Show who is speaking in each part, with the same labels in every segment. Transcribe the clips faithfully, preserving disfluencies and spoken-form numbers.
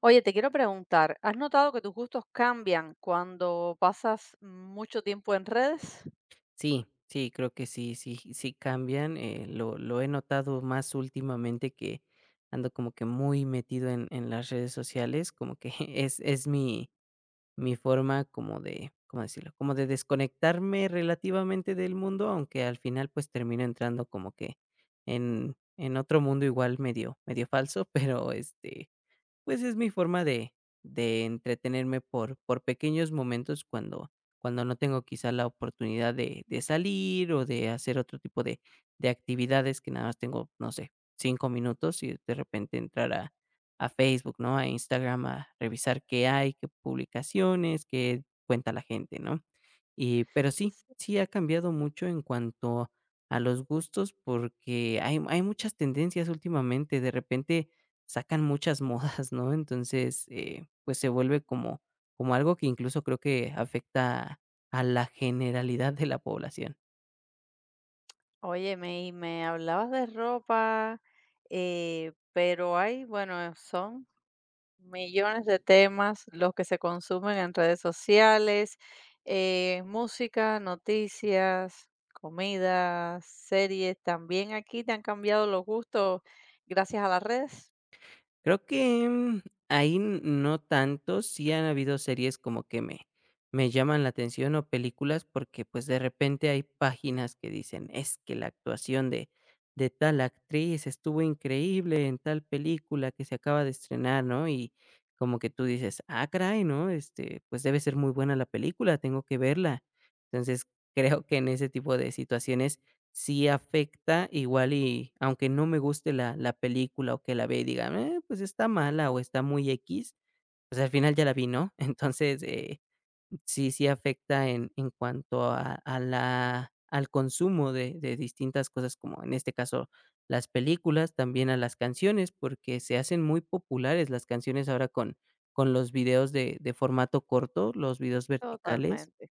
Speaker 1: Oye, te quiero preguntar, ¿has notado que tus gustos cambian cuando pasas mucho tiempo en redes?
Speaker 2: Sí, sí, creo que sí, sí, sí cambian. eh, lo, lo he notado más últimamente que ando como que muy metido en, en las redes sociales, como que es, es mi, mi forma como de, ¿cómo decirlo? Como de desconectarme relativamente del mundo, aunque al final pues termino entrando como que en, en otro mundo igual medio, medio falso. Pero este, pues es mi forma de de entretenerme por por pequeños momentos cuando cuando no tengo quizá la oportunidad de de salir o de hacer otro tipo de de actividades, que nada más tengo, no sé, cinco minutos y de repente entrar a a Facebook, ¿no? A Instagram, a revisar qué hay, qué publicaciones, qué cuenta la gente, ¿no? Y pero sí,
Speaker 1: Sí.
Speaker 2: sí ha cambiado mucho en cuanto a los gustos porque hay hay muchas tendencias últimamente. De repente sacan muchas modas, ¿no? Entonces, eh, pues se vuelve como como algo que incluso creo que afecta a la generalidad de la población.
Speaker 1: Oye, me, y me hablabas de ropa, eh, pero hay, bueno, son millones de temas los que se consumen en redes sociales, eh, música, noticias, comida, series. También aquí te han cambiado los gustos gracias a las redes.
Speaker 2: Creo que, mm, ahí n- no tanto. Sí han habido series como que me me llaman la atención, o películas, porque, pues, de repente hay páginas que dicen: "Es que la actuación de de tal actriz estuvo increíble en tal película que se acaba de estrenar", ¿no? Y como que tú dices: "Ah, caray", ¿no? Este, pues, debe ser muy buena la película, tengo que verla. Entonces, creo que en ese tipo de situaciones sí afecta, igual. Y aunque no me guste la la película, o que la ve y diga: "Eh, pues está mala o está muy equis", pues al final ya la vi, ¿no? Entonces, eh, sí, sí afecta en en cuanto a a la al consumo de de distintas cosas, como en este caso las películas, también a las canciones, porque se hacen muy populares las canciones ahora con con los videos de de formato corto, los videos verticales.
Speaker 1: Totalmente.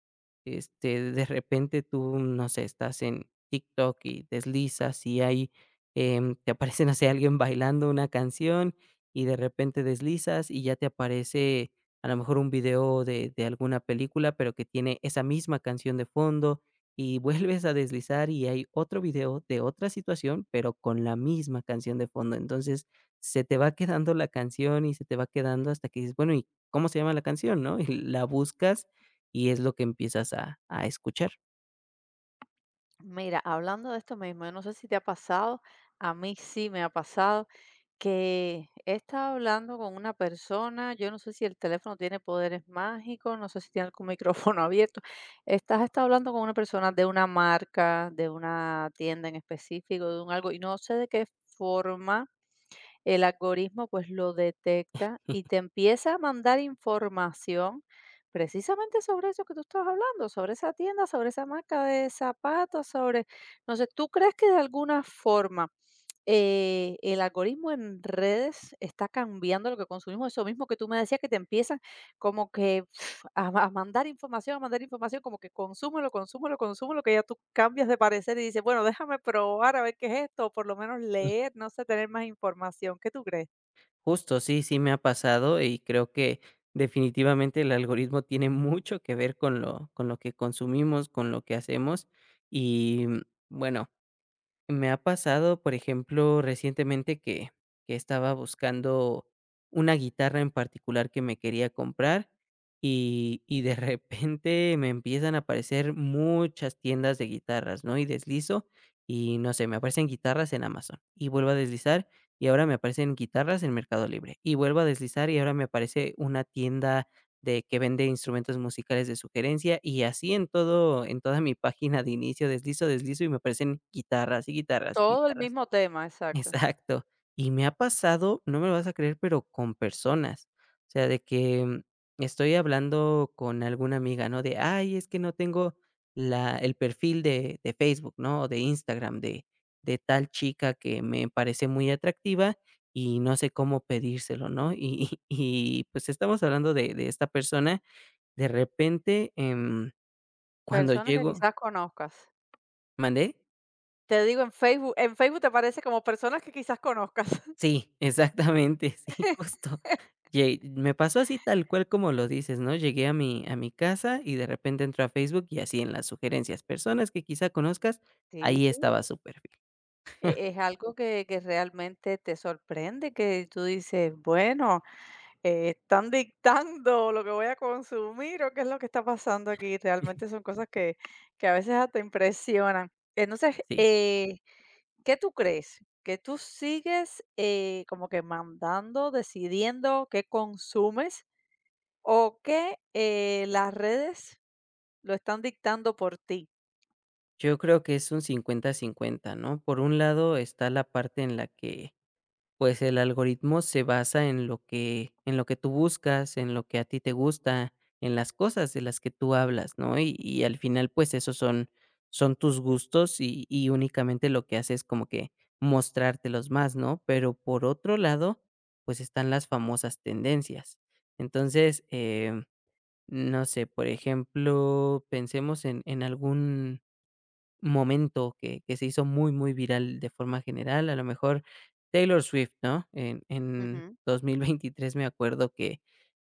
Speaker 2: Este, de repente tú, no sé, estás en TikTok y deslizas y hay, em, te aparece, no sé, alguien bailando una canción, y de repente deslizas y ya te aparece a lo mejor un video de, de alguna película, pero que tiene esa misma canción de fondo, y vuelves a deslizar y hay otro video de otra situación, pero con la misma canción de fondo. Entonces se te va quedando la canción y se te va quedando hasta que dices: "Bueno, ¿y cómo se llama la canción?", ¿no? Y la buscas y es lo que empiezas a a escuchar.
Speaker 1: Mira, hablando de esto mismo, yo no sé si te ha pasado, a mí sí me ha pasado que he estado hablando con una persona, yo no sé si el teléfono tiene poderes mágicos, no sé si tiene algún micrófono abierto. Estás estado hablando con una persona de una marca, de una tienda en específico, de un algo, y no sé de qué forma el algoritmo pues lo detecta y te empieza a mandar información precisamente sobre eso que tú estabas hablando, sobre esa tienda, sobre esa marca de zapatos, sobre, no sé, ¿tú crees que de alguna forma eh, el algoritmo en redes está cambiando lo que consumimos, eso mismo que tú me decías, que te empiezan como que a, a mandar información, a mandar información, como que consúmelo, consúmelo, consúmelo, que ya tú cambias de parecer y dices, bueno, déjame probar a ver qué es esto, o por lo menos
Speaker 2: Mm.
Speaker 1: leer, no sé, tener más información. ¿Qué tú crees?
Speaker 2: Justo, sí, sí me ha pasado, y creo que definitivamente el algoritmo tiene mucho que ver con lo con lo que consumimos, con lo que hacemos. Y, mm, bueno, me ha pasado, por ejemplo, recientemente, que que estaba buscando una guitarra en particular que me quería comprar, y y de repente me empiezan a aparecer muchas tiendas de guitarras, ¿no? Y deslizo y no sé, me aparecen guitarras en Amazon, y vuelvo a deslizar y ahora me aparecen guitarras en Mercado Libre, y vuelvo a deslizar y ahora me aparece una tienda de que vende instrumentos musicales de sugerencia, y así en todo en toda mi página de inicio deslizo, deslizo y me aparecen guitarras y guitarras y
Speaker 1: Todo el
Speaker 2: guitarras.
Speaker 1: mismo tema, exacto.
Speaker 2: Exacto. Y me ha pasado, no me lo vas a creer, pero con personas. O sea, de que mm, estoy hablando con alguna amiga, ¿no? De: "Ay, es que no tengo la el perfil de de Facebook, ¿no? O de Instagram de de tal chica que me parece muy atractiva, y no sé cómo pedírselo, ¿no?". Y y, pues, estamos hablando de de esta persona. De repente, em, cuando
Speaker 1: Personas que
Speaker 2: llego...
Speaker 1: quizás conozcas.
Speaker 2: ¿Mandé?
Speaker 1: Te digo, en Facebook, en Facebook te parece como personas que quizás conozcas.
Speaker 2: Sí, exactamente, sí, justo. Lle Me pasó así tal cual como lo dices, ¿no? Llegué a mi a mi casa y de repente entro a Facebook, y así en las sugerencias, personas que quizá conozcas,
Speaker 1: Sí,
Speaker 2: ahí estaba su perfil.
Speaker 1: E- Es algo que, que realmente te sorprende, que tú dices, bueno, eh, están dictando lo que voy a consumir o qué es lo que está pasando aquí. Realmente son cosas que, que a veces hasta impresionan. Entonces,
Speaker 2: Sí,
Speaker 1: eh, ¿qué tú crees? ¿Que tú sigues eh, como que mandando, decidiendo qué consumes o que eh, las redes lo están dictando por ti.
Speaker 2: yo creo que es un cincuenta cincuenta, ¿no? Por un lado está la parte en la que pues el algoritmo se basa en lo que en lo que tú buscas, en lo que a ti te gusta, en las cosas de las que tú hablas, ¿no? Y y al final, pues, esos son son tus gustos, y y únicamente lo que hace es como que mostrártelos más, ¿no? Pero por otro lado, pues, están las famosas tendencias. Entonces, em, no sé, por ejemplo, pensemos en en algún momento que que se hizo muy, muy viral de forma general, a lo mejor Taylor Swift, ¿no? En en
Speaker 1: Ujú.
Speaker 2: dos mil veintitrés me acuerdo que,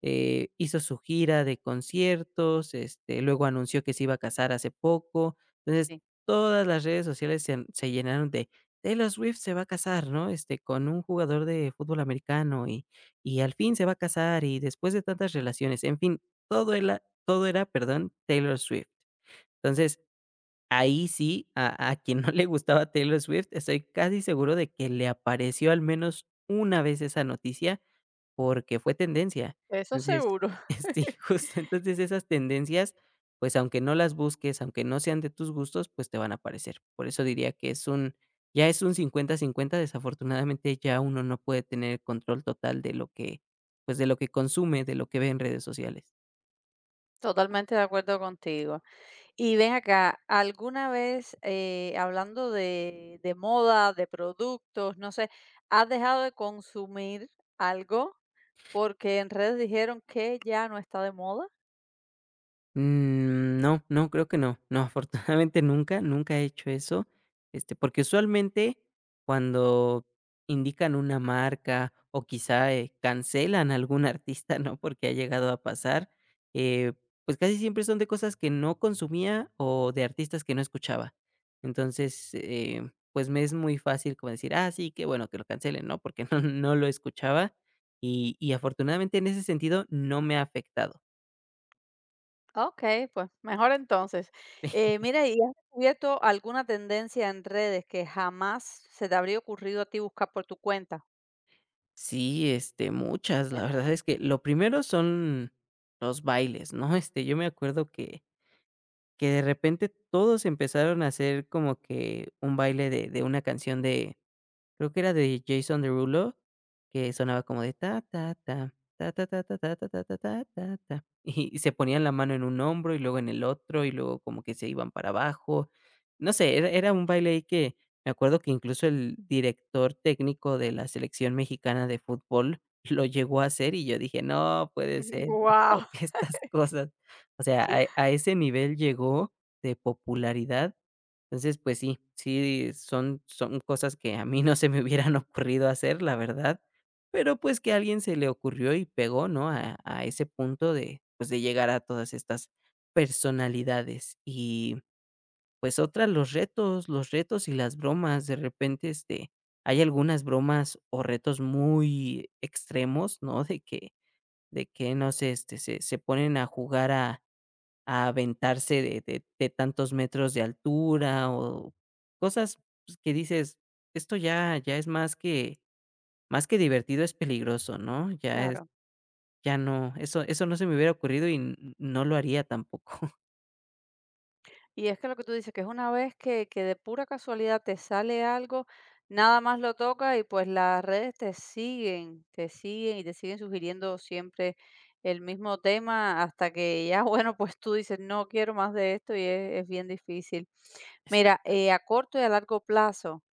Speaker 2: eh, hizo su gira de conciertos. Este, luego anunció que se iba a casar hace poco. Entonces,
Speaker 1: Sí.
Speaker 2: todas las redes sociales se se llenaron de: "Taylor Swift se va a casar, ¿no?". Este, con un jugador de fútbol americano, y y al fin se va a casar, y después de tantas relaciones, en fin, todo era, todo era, perdón, Taylor Swift. Entonces, Ahí sí, a a quien no le gustaba Taylor Swift, estoy casi seguro de que le apareció al menos una vez esa noticia, porque fue tendencia.
Speaker 1: Eso
Speaker 2: Entonces,
Speaker 1: seguro.
Speaker 2: sí, justo, entonces esas tendencias, pues, aunque no las busques, aunque no sean de tus gustos, pues, te van a aparecer. Por eso diría que es un ya es un cincuenta cincuenta. Desafortunadamente, ya uno no puede tener control total de lo que, pues, de lo que consume, de lo que ve en redes sociales.
Speaker 1: Totalmente de acuerdo contigo. Y ven acá, ¿alguna vez, eh, hablando de de moda, de productos, no sé, has dejado de consumir algo porque en redes dijeron que ya no está de moda?
Speaker 2: Mm, no, no, creo que no. No, afortunadamente nunca, nunca he hecho eso. Este, porque usualmente, cuando indican una marca o quizá eh, cancelan a algún artista, ¿no? Porque ha llegado a pasar, eh, pues casi siempre son de cosas que no consumía, o de artistas que no escuchaba. Entonces, eh, pues me es muy fácil como decir: "Ah, sí, qué bueno que lo cancelen", ¿no? Porque no, no lo escuchaba, y, y afortunadamente en ese sentido no me ha afectado.
Speaker 1: Okey, pues mejor entonces. Eh, mira, ¿y has descubierto alguna tendencia en redes que jamás se te habría ocurrido a ti buscar por tu cuenta?
Speaker 2: Sí, este, muchas. La verdad
Speaker 1: Cuéntame.
Speaker 2: es que lo primero son los bailes, ¿no? Este, yo me acuerdo que que de repente todos empezaron a hacer como que un baile de de una canción de, creo que era de Jason Derulo, que sonaba como de ta ta ta, ta ta ta ta ta ta ta ta ta ta ta, y y se ponían la mano en un hombro y luego en el otro, y luego como que se iban para abajo. No sé, era era un baile ahí que me acuerdo que incluso el director técnico de la selección mexicana de fútbol lo llegó a hacer, y yo dije: "No puede ser,
Speaker 1: Guau.
Speaker 2: ¿que estas cosas?". O sea, a a ese nivel llegó de popularidad. Entonces, pues sí, sí, son son cosas que a mí no se me hubieran ocurrido hacer, la verdad, pero, pues, que a alguien se le ocurrió y pegó, ¿no? A a ese punto de, pues, de llegar a todas estas personalidades. Y, pues, otra, los retos, los retos y las bromas. De repente, este, hay algunas bromas o retos muy extremos, ¿no? De que de que, no sé, este, se se ponen a jugar a a aventarse de de de tantos metros de altura, o cosas, pues, que dices: "Esto ya ya es más que más que divertido, es peligroso", ¿no? Ya es
Speaker 1: Claro.
Speaker 2: ya no, eso eso no se me hubiera ocurrido, y n no lo haría tampoco.
Speaker 1: Y es que lo que tú dices, que es una vez que que de pura casualidad te sale algo, nada más lo tocas y, pues, las redes te siguen, te siguen y te siguen sugiriendo siempre el mismo tema hasta que ya, bueno, pues tú dices: "No quiero más de esto", y es es bien difícil. Mira, eh, a corto y a largo plazo,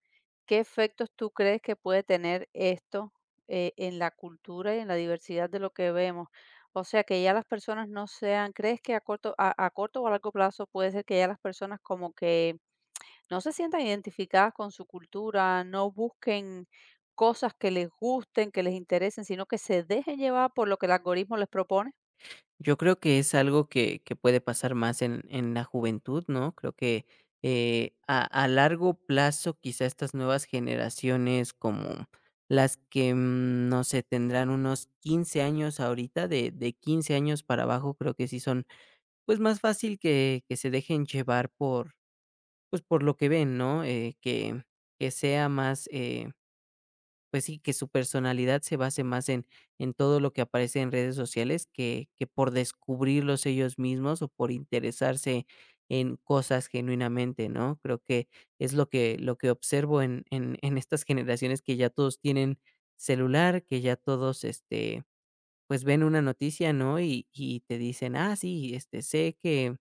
Speaker 1: ¿qué efectos tú crees que puede tener esto eh, en la cultura y en la diversidad de lo que vemos? O sea, que ya las personas no sean, ¿crees que a corto, a, a corto o a largo plazo puede ser que ya las personas como que no se sientan identificadas con su cultura, no busquen cosas que les gusten, que les interesen, sino que se dejen llevar por lo que el algoritmo les propone?
Speaker 2: Yo creo que es algo que que puede pasar más en en la juventud, ¿no? Creo que, eh, a a largo plazo, quizá estas nuevas generaciones, como las que, mm, no sé, tendrán unos quince años ahorita, de de quince años para abajo, creo que sí son, pues, más fácil que que se dejen llevar por, pues, por lo que ven, ¿no? Eh, que que sea más, eh pues sí, que su personalidad se base más en en todo lo que aparece en redes sociales, que que por descubrirlos ellos mismos o por interesarse en cosas genuinamente, ¿no? Creo que es lo que lo que observo en en en estas generaciones, que ya todos tienen celular, que ya todos, este, pues, ven una noticia, ¿no? Y y te dicen: "Ah, sí, este, sé que,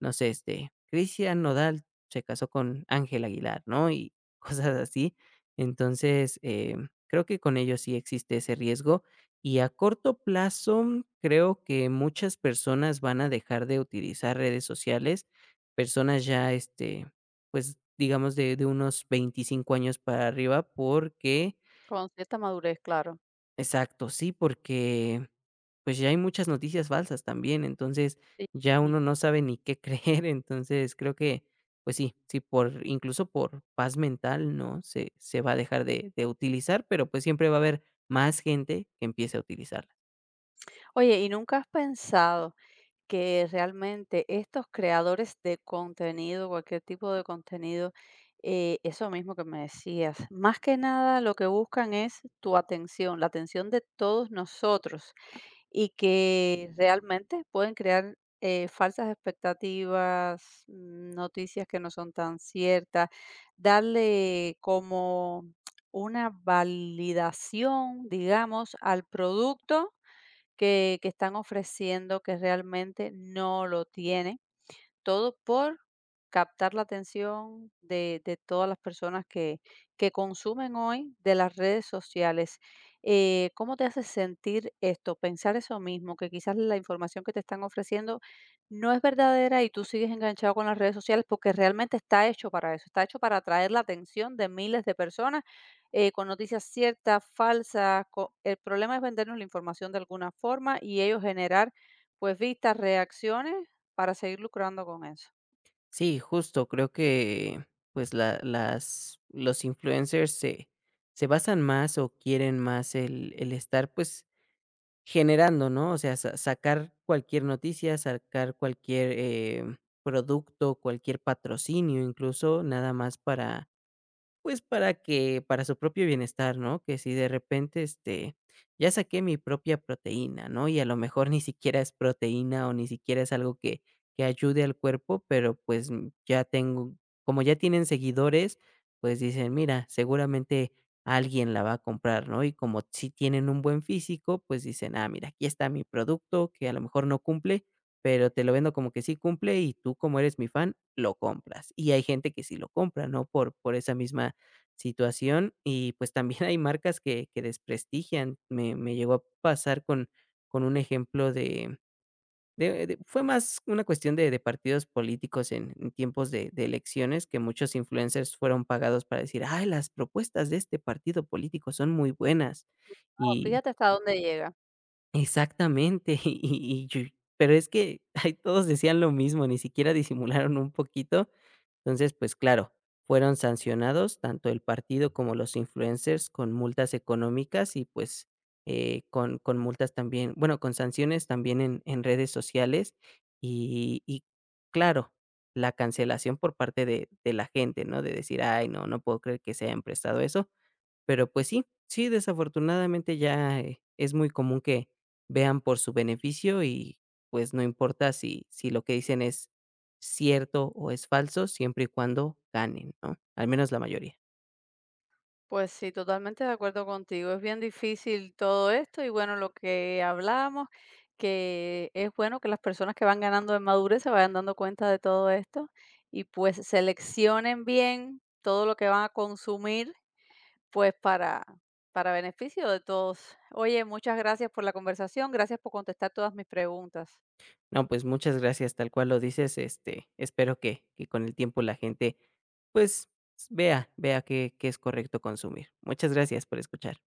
Speaker 2: no sé, este, Cristian Nodal se casó con Ángel Aguilar, ¿no?". Y cosas así. Entonces, em, creo que con ellos sí existe ese riesgo. Y a corto plazo, mm, creo que muchas personas van a dejar de utilizar redes sociales. Personas ya, este, pues, digamos de, de, unos veinticinco años para arriba, porque...
Speaker 1: Con cierta madurez, claro.
Speaker 2: Exacto, sí, porque, pues, ya hay muchas noticias falsas también, entonces, ya uno
Speaker 1: Sí.
Speaker 2: no sabe ni qué creer. Entonces, creo que, pues sí, sí, por incluso por paz mental, ¿no?, se se va a dejar de de utilizar, pero, pues, siempre va a haber más gente que empiece a utilizarla.
Speaker 1: Oye, ¿y nunca has pensado que realmente estos creadores de contenido, cualquier tipo de contenido, eh, eso mismo que me decías, más que nada lo que buscan es tu atención, la atención de todos nosotros y que realmente pueden crear eh, falsas expectativas, mm, noticias que no son tan ciertas, darle como una validación, digamos, al producto que que están ofreciendo que realmente no lo tienen. Todo por captar la atención de, de todas las personas que, que consumen hoy de las redes sociales. Eh, ¿Cómo te hace sentir esto? Pensar eso mismo, que quizás la información que te están ofreciendo no es verdadera y tú sigues enganchado con las redes sociales porque realmente está hecho para eso, está hecho para atraer la atención de miles de personas eh, con noticias ciertas, falsas. Co- el problema es vendernos la información de alguna forma y ellos generar pues vistas, reacciones para seguir lucrando con eso.
Speaker 2: Sí, justo, creo que, pues, la las los influencers se se basan más, o quieren más el el estar, pues, generando, ¿no? O sea, sa sacar cualquier noticia, sacar cualquier, eh, producto, cualquier patrocinio, incluso, nada más para, pues, para que, para su propio bienestar, ¿no? Que si de repente, este, ya saqué mi propia proteína, ¿no? Y a lo mejor ni siquiera es proteína, o ni siquiera es algo que que ayude al cuerpo, pero, pues, mm, ya tengo, como ya tienen seguidores, pues, dicen: "Mira, seguramente alguien la va a comprar", ¿no? Y como si tienen un buen físico, pues, dicen: "Ah, mira, aquí está mi producto que a lo mejor no cumple, pero te lo vendo como que sí cumple, y tú, como eres mi fan, lo compras". Y hay gente que sí lo compra, ¿no? Por por esa misma situación. Y pues también hay marcas que que desprestigian. Me me llegó a pasar con con un ejemplo de de de fue más una cuestión de de partidos políticos en en tiempos de de elecciones, que muchos influencers fueron pagados para decir: "Ay, las propuestas de este partido político son muy buenas".
Speaker 1: Wao,
Speaker 2: Y...
Speaker 1: fíjate hasta dónde llega.
Speaker 2: Exactamente. y y y yo, pero es que ahí todos decían lo mismo, ni siquiera disimularon un poquito. Entonces, pues claro, fueron sancionados tanto el partido como los influencers con multas económicas, y pues, eh, con con multas también, bueno, con sanciones también en en redes sociales, y y claro, la cancelación por parte de de la gente, ¿no? De decir: "Ay, no, no puedo creer que se hayan prestado eso". Pero, pues sí, sí, desafortunadamente ya, eh, es muy común que vean por su beneficio, y, pues, no importa si si lo que dicen es cierto o es falso, siempre y cuando ganen, ¿no? Al menos la mayoría.
Speaker 1: Pues sí, totalmente de acuerdo contigo. Es bien difícil todo esto y bueno, lo que hablamos, que es bueno que las personas que van ganando en madurez se vayan dando cuenta de todo esto y pues seleccionen bien todo lo que van a consumir, pues para, para beneficio de todos. Oye, muchas gracias por la conversación, gracias por contestar todas mis preguntas.
Speaker 2: No, pues, muchas gracias, tal cual lo dices, este, espero que que con el tiempo la gente, pues, vea vea qué qué es correcto consumir. Muchas gracias por escuchar.